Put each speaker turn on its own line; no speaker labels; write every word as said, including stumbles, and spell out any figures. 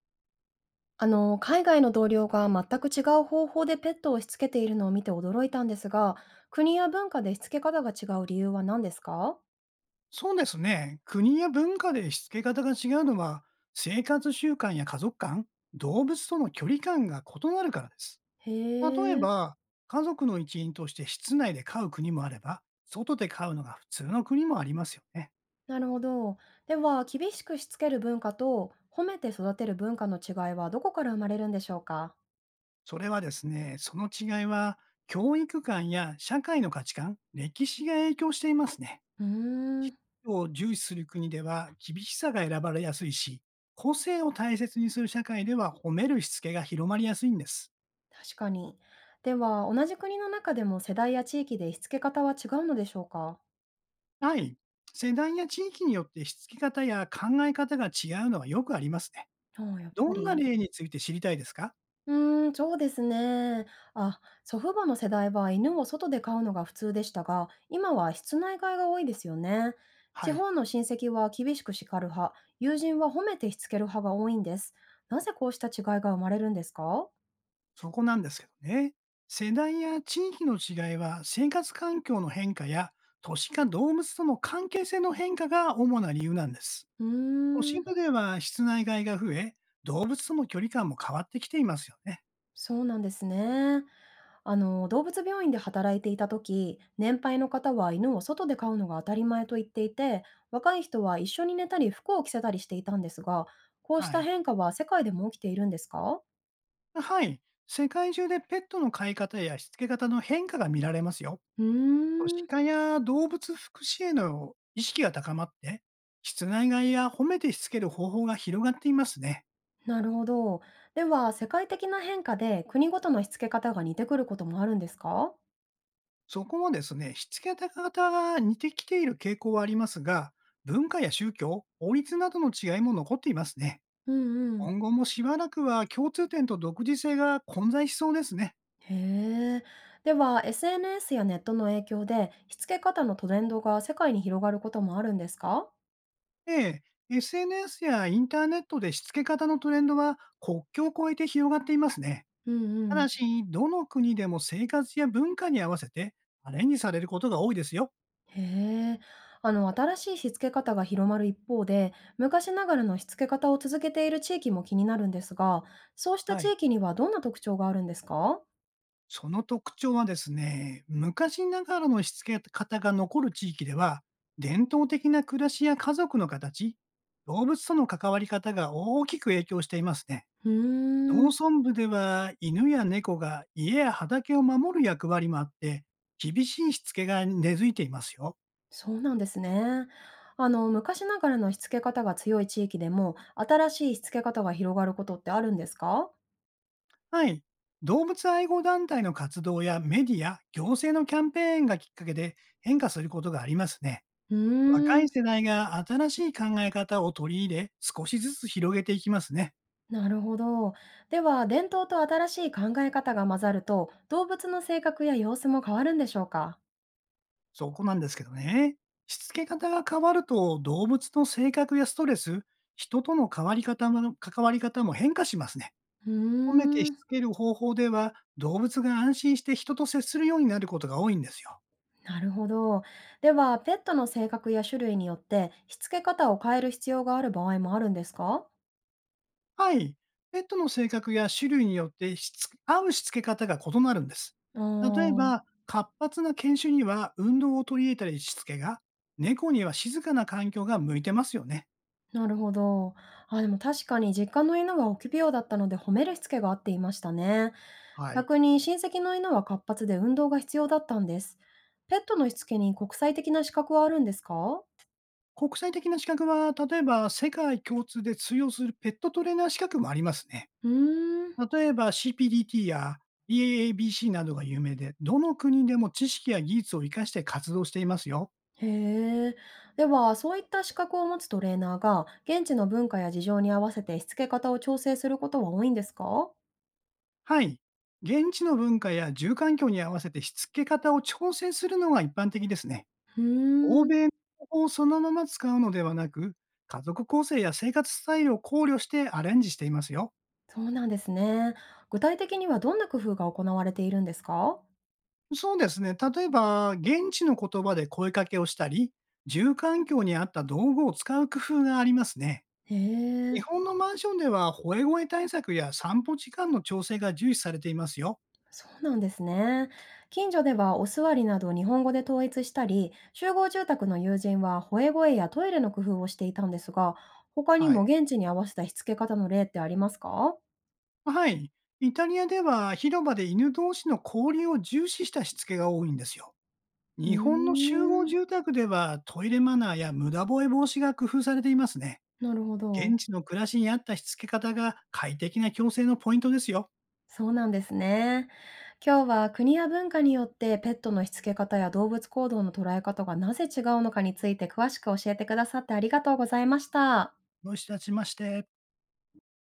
あの、海外の同僚が全く違う方法でペットをしつけているのを見て驚いたんですが、国や文化でしつけ方が違う理由は何ですか？
そうですね。国や文化でしつけ方が違うのは、生活習慣や家族観、動物との距離感が異なるからです。
へ
例え
え、
ば、家族の一員として室内で飼う国もあれば、外で飼うのが普通の国もありますよね。
なるほど。では、厳しくしつける文化と褒めて育てる文化の違いはどこから生まれるんでしょうか？
それはですね、その違いは、教育観や社会の価値観、歴史が影響していますね。
うーん、
を重視する国では厳しさが選ばれやすいし、個性を大切にする社会では褒めるしつけが広まりやすいんです。
確かに。では、同じ国の中でも世代や地域でしつけ方は違うのでしょうか？
はい。世代や地域によってしつけ方や考え方が違うのはよくありますね。
ああ、やっぱ
どんな
り。
例について知りたいですか。
うーん、そうですね。あ、祖父母の世代は犬を外で飼うのが普通でしたが、今は室内飼いが多いですよね。地
はい。
方の親戚は厳しく叱る派、友人は褒めてしつける派が多いんです。なぜこうした違いが生まれるんですか？
そこなんですけどね。世代や地域の違いは生活環境の変化や都市化動物との関係性の変化が主な理由なんです。
う
都
ー
心
ん。
部では室内外が増え、動物との距離感も変わってきていますよね。
そうなんですね。あの動物病院で働いていた時、年配の方は犬を外で飼うのが当たり前と言っていて、若い人は一緒に寝たり服を着せたりしていたんですが、こうし
は
た
い。
変化は世界でも起きているんですか？
はい。世界中でペットの飼い方やしつけ方の変化が見られますよ。
うーん、
鹿や動物福祉への意識が高まって、室内飼いや褒めてしつける方法が広がっていますね。
なるほど。では、世界的な変化で国ごとのしつけ方が似てくることもあるんですか？
そこもですね、しつけ方が似てきている傾向はありますが、文化や宗教、法律などの違いも残っていますね。
うんうん。
今後もしばらくは共通点と独自性が混在しそうですね。
へえ。では、 エスエヌエス やネットの影響でしつけ方のトレンドが世界に広がることもあるんですか？
ええ、エスエヌエス やインターネットでしつけ方のトレンドは国境を越えて広がっていますね。
うんう
ただ
ん。
し、どの国でも生活や文化に合わせてアレンジされることが多いですよ。
へえ。あの、新しいしつけ方が広まる一方で、昔ながらのしつけ方を続けている地域も気になるんですが、そうした
は
地
い。
域にはどんな特徴があるんですか？
その特徴はですね、昔ながらのしつけ方が残る地域では、伝統的な暮らしや家族の形、動物との関わり方が大きく影響していますね。
うー
農
ん、
村部では犬や猫が家や畑を守る役割もあって、厳しいしつけが根付いていますよ。
そうなんですね。あの、昔ながらのしつけ方が強い地域でも、新しいしつけ方が広がることってあるんですか？
はい。動物愛護団体の活動やメディア、行政のキャンペーンがきっかけで変化することがありますね。
うー
若い
ん、
世代が新しい考え方を取り入れ、少しずつ広げていきますね。
なるほど。では、伝統と新しい考え方が混ざると、動物の性格や様子も変わるんでしょうか？
そこなんですけどね。しつけ方が変わると、動物の性格やストレス、人との変わり方も関わり方も変化しますね。
う
褒めて
ー
し
ん。
つける方法では、動物が安心して人と接するようになることが多いんですよ。
なるほど。では、ペットの性格や種類によってしつけ方を変える必要がある場合もあるんですか？
はい。ペットの性格や種類によってしつ合うしつけ方が異なるんです。
あ
例え
ー、
ば、活発な犬種には運動を取り入れたりしつけが、猫には静かな環境が向いてますよね。
なるほど。あ、でも確かに実家の犬は臆病だったので褒めるしつけがあっていましたね。
はい。
逆に親戚の犬は活発で運動が必要だったんです。ペットのしつけに国際的な資格はあるんですか？
国際的な資格は、例えば世界共通で通用するペットトレーナー資格もありますね。
うーん。
例えば シーピーディーティー や イーエーエービーシー などが有名で、どの国でも知識や技術を活かして活動していますよ。
へえ。では、そういった資格を持つトレーナーが現地の文化や事情に合わせてしつけ方を調整することは多いんですか？
はい。現地の文化や住環境に合わせてしつけ方を調整するのが一般的ですね。
う
欧
ーん、
米の方法をそのまま使うのではなく、家族構成や生活スタイルを考慮してアレンジしていますよ。
そうなんですね。具体的にはどんな工夫が行われているんですか？
そうですね。例えば、現地の言葉で声かけをしたり、住環境に合った道具を使う工夫がありますね。
へえ、
日本のマンションでは、吠え声対策や散歩時間の調整が重視されていますよ。
そうなんですね。近所ではお座りなど日本語で統一したり、集合住宅の友人は吠え声やトイレの工夫をしていたんですが、他に
はい。
も現地に合わせたしつけ方の例ってありますか？
はい。イタリアでは広場で犬同士の交流を重視したしつけが多いんですよ。
う
日本の
ー
集合
ん、
住宅ではトイレマナーや無駄吠え防止が工夫されていますね。
なるほど。
現地の暮らしに合ったしつけ方が快適な共生のポイントですよ。
そうなんですね。今日は国や文化によってペットのしつけ方や動物行動の捉え方がなぜ違うのかについて詳しく教えてくださってありがとうございました。
どういたしまして。